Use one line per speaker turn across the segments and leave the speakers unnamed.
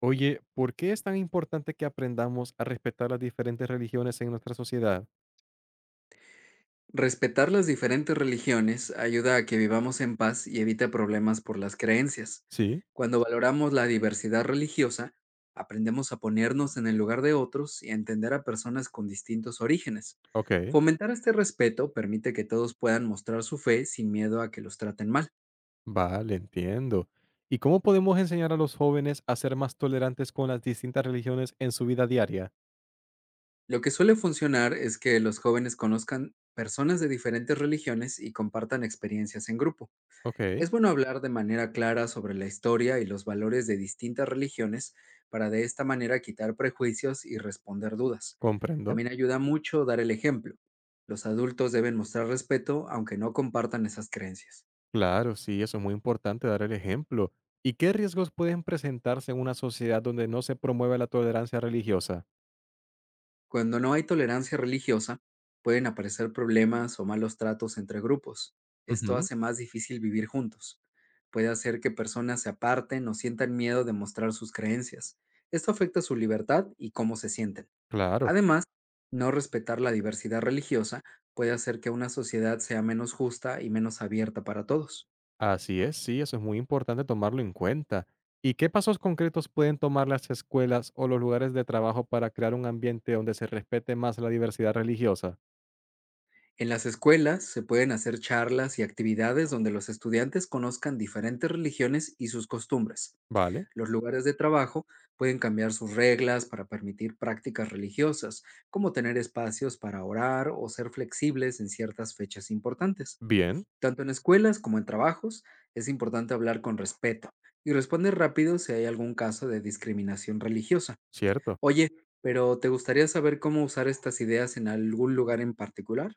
Oye, ¿por qué es tan importante que aprendamos a respetar las diferentes religiones en nuestra sociedad?
Respetar las diferentes religiones ayuda a que vivamos en paz y evita problemas por las creencias.
Sí,
Cuando valoramos la diversidad religiosa, aprendemos a ponernos en el lugar de otros y a entender a personas con distintos orígenes.
ok,
Fomentar este respeto permite que todos puedan mostrar su fe sin miedo a que los traten mal.
vale, entiendo. ¿Y cómo podemos enseñar a los jóvenes a ser más tolerantes con las distintas religiones en su vida diaria?
Lo que suele funcionar es que los jóvenes conozcan personas de diferentes religiones y compartan experiencias en grupo.
Ok,
Es bueno hablar de manera clara sobre la historia y los valores de distintas religiones para de esta manera quitar prejuicios y responder dudas.
comprendo.
También ayuda mucho dar el ejemplo. Los adultos deben mostrar respeto aunque no compartan esas creencias.
Claro, sí, eso es muy importante dar el ejemplo. ¿Y qué riesgos pueden presentarse en una sociedad donde no se promueve la tolerancia religiosa?
Cuando no hay tolerancia religiosa, pueden aparecer problemas o malos tratos entre grupos. Esto
Ujú,
hace más difícil vivir juntos. Puede hacer que personas se aparten o sientan miedo de mostrar sus creencias. Esto afecta su libertad y cómo se sienten.
claro.
Además, no respetar la diversidad religiosa puede hacer que una sociedad sea menos justa y menos abierta para todos.
Así es, sí, eso es muy importante tomarlo en cuenta. ¿Y qué pasos concretos pueden tomar las escuelas o los lugares de trabajo para crear un ambiente donde se respete más la diversidad religiosa?
En las escuelas se pueden hacer charlas y actividades donde los estudiantes conozcan diferentes religiones y sus costumbres.
Vale,
Los lugares de trabajo pueden cambiar sus reglas para permitir prácticas religiosas, como tener espacios para orar o ser flexibles en ciertas fechas importantes.
bien,
Tanto en escuelas como en trabajos, es importante hablar con respeto y responder rápido si hay algún caso de discriminación religiosa.
cierto,
Oye, pero ¿te gustaría saber cómo usar estas ideas en algún lugar en particular?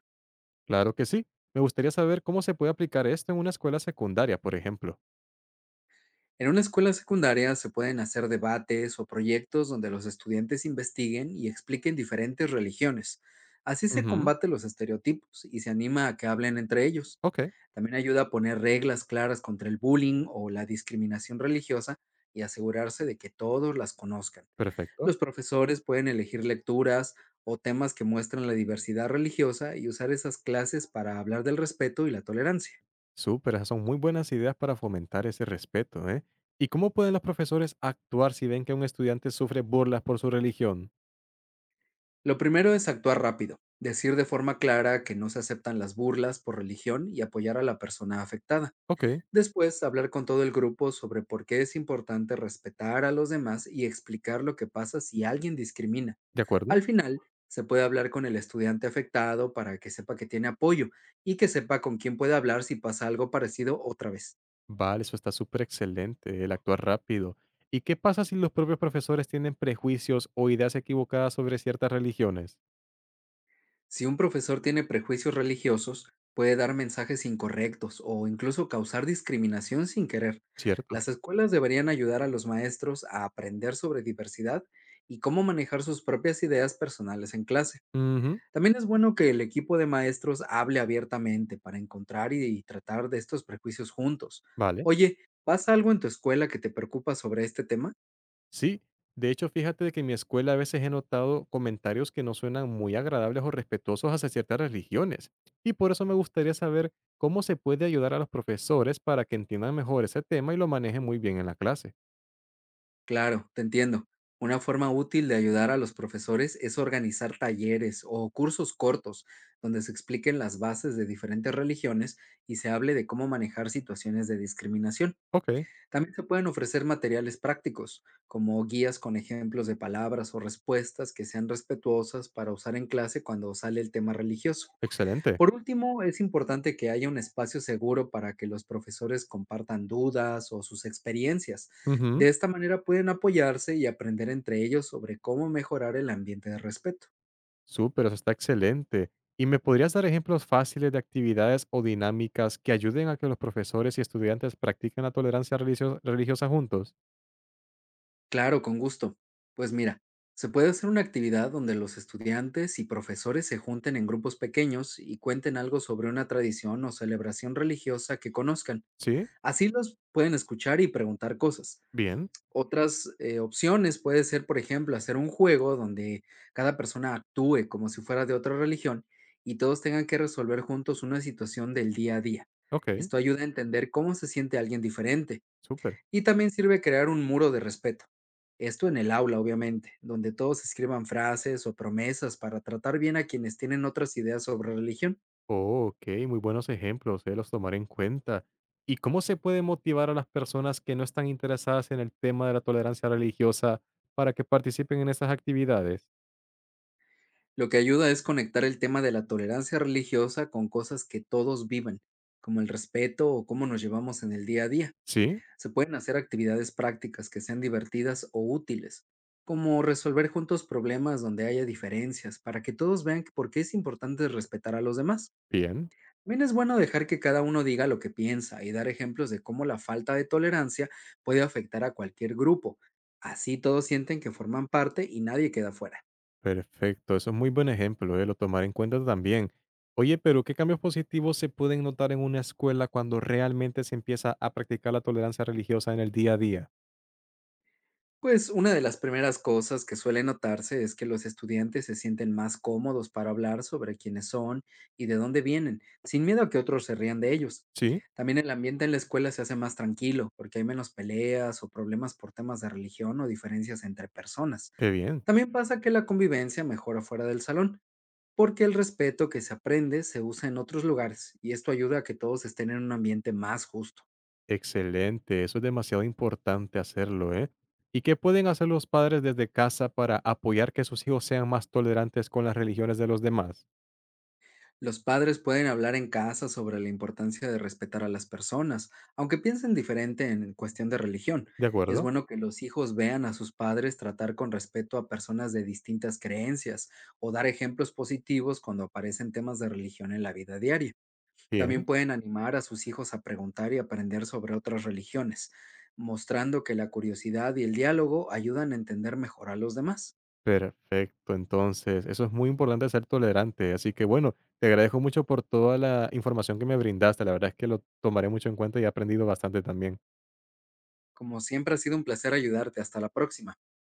claro que sí. Me gustaría saber cómo se puede aplicar esto en una escuela secundaria, por ejemplo.
En una escuela secundaria se pueden hacer debates o proyectos donde los estudiantes investiguen y expliquen diferentes religiones. Así se
Ujú,
combate los estereotipos y se anima a que hablen entre ellos.
ok,
También ayuda a poner reglas claras contra el bullying o la discriminación religiosa y asegurarse de que todos las conozcan.
perfecto.
Los profesores pueden elegir lecturas o temas que muestran la diversidad religiosa y usar esas clases para hablar del respeto y la tolerancia.
Súper, esas son muy buenas ideas para fomentar ese respeto, ¿eh? ¿Y cómo pueden los profesores actuar si ven que un estudiante sufre burlas por su religión?
Lo primero es actuar rápido, decir de forma clara que no se aceptan las burlas por religión y apoyar a la persona afectada.
Ok,
Después, hablar con todo el grupo sobre por qué es importante respetar a los demás y explicar lo que pasa si alguien discrimina.
de acuerdo.
Al final, se puede hablar con el estudiante afectado para que sepa que tiene apoyo y que sepa con quién puede hablar si pasa algo parecido otra vez.
Vale, eso está súper excelente, el actuar rápido. ¿Y qué pasa si los propios profesores tienen prejuicios o ideas equivocadas sobre ciertas religiones?
Si un profesor tiene prejuicios religiosos, puede dar mensajes incorrectos o incluso causar discriminación sin querer.
¿Cierto?
Las escuelas deberían ayudar a los maestros a aprender sobre diversidad y cómo manejar sus propias ideas personales en clase.
Ujú,
También es bueno que el equipo de maestros hable abiertamente para encontrar y tratar de estos prejuicios juntos.
vale.
Oye, ¿pasa algo en tu escuela que te preocupa sobre este tema?
Sí. De hecho, fíjate de que en mi escuela a veces he notado comentarios que no suenan muy agradables o respetuosos hacia ciertas religiones. Y por eso me gustaría saber cómo se puede ayudar a los profesores para que entiendan mejor ese tema y lo manejen muy bien en la clase.
Claro, te entiendo. Una forma útil de ayudar a los profesores es organizar talleres o cursos cortos donde se expliquen las bases de diferentes religiones y se hable de cómo manejar situaciones de discriminación.
Ok,
También se pueden ofrecer materiales prácticos, como guías con ejemplos de palabras o respuestas que sean respetuosas para usar en clase cuando sale el tema religioso.
excelente.
Por último, es importante que haya un espacio seguro para que los profesores compartan dudas o sus experiencias.
Ujú.
De esta manera pueden apoyarse y aprender entre ellos sobre cómo mejorar el ambiente de respeto.
Súper, eso está excelente. ¿Y me podrías dar ejemplos fáciles de actividades o dinámicas que ayuden a que los profesores y estudiantes practiquen la tolerancia religiosa juntos?
Claro, con gusto. Pues mira, se puede hacer una actividad donde los estudiantes y profesores se junten en grupos pequeños y cuenten algo sobre una tradición o celebración religiosa que conozcan.
¿Sí?
Así los pueden escuchar y preguntar cosas.
Bien.
Otras, opciones puede ser, por ejemplo, hacer un juego donde cada persona actúe como si fuera de otra religión y todos tengan que resolver juntos una situación del día a día.
Ok.
Esto ayuda a entender cómo se siente alguien diferente
Súper.
y también sirve crear un muro de respeto. Esto en el aula, obviamente, donde todos escriban frases o promesas para tratar bien a quienes tienen otras ideas sobre religión.
Oh, ok, muy buenos ejemplos, los tomaré en cuenta. ¿Y cómo se puede motivar a las personas que no están interesadas en el tema de la tolerancia religiosa para que participen en estas actividades?
Lo que ayuda es conectar el tema de la tolerancia religiosa con cosas que todos vivan, como el respeto o cómo nos llevamos en el día a día.
Sí,
Se pueden hacer actividades prácticas que sean divertidas o útiles, como resolver juntos problemas donde haya diferencias, para que todos vean que por qué es importante respetar a los demás.
bien.
También es bueno dejar que cada uno diga lo que piensa y dar ejemplos de cómo la falta de tolerancia puede afectar a cualquier grupo. Así todos sienten que forman parte y nadie queda fuera.
Perfecto, eso es muy buen ejemplo, lo tomaré en cuenta también. Oye, pero ¿qué cambios positivos se pueden notar en una escuela cuando realmente se empieza a practicar la tolerancia religiosa en el día a día?
Pues una de las primeras cosas que suele notarse es que los estudiantes se sienten más cómodos para hablar sobre quiénes son y de dónde vienen, sin miedo a que otros se rían de ellos.
Sí,
También el ambiente en la escuela se hace más tranquilo, porque hay menos peleas o problemas por temas de religión o diferencias entre personas.
qué bien.
También pasa que la convivencia mejora fuera del salón, porque el respeto que se aprende se usa en otros lugares y esto ayuda a que todos estén en un ambiente más justo.
Excelente, eso es demasiado importante hacerlo, ¿eh? ¿Y qué pueden hacer los padres desde casa para apoyar que sus hijos sean más tolerantes con las religiones de los demás?
Los padres pueden hablar en casa sobre la importancia de respetar a las personas, aunque piensen diferente en cuestión de religión.
De
Es
acuerdo.
bueno que los hijos vean a sus padres tratar con respeto a personas de distintas creencias o dar ejemplos positivos cuando aparecen temas de religión en la vida diaria.
Bien.
También pueden animar a sus hijos a preguntar y aprender sobre otras religiones, mostrando que la curiosidad y el diálogo ayudan a entender mejor a los demás.
Perfecto, entonces eso es muy importante ser tolerante, así que bueno, te agradezco mucho por toda la información que me brindaste, la verdad es que lo tomaré mucho en cuenta y he aprendido bastante también.
Como siempre ha sido un placer ayudarte. Hasta la próxima.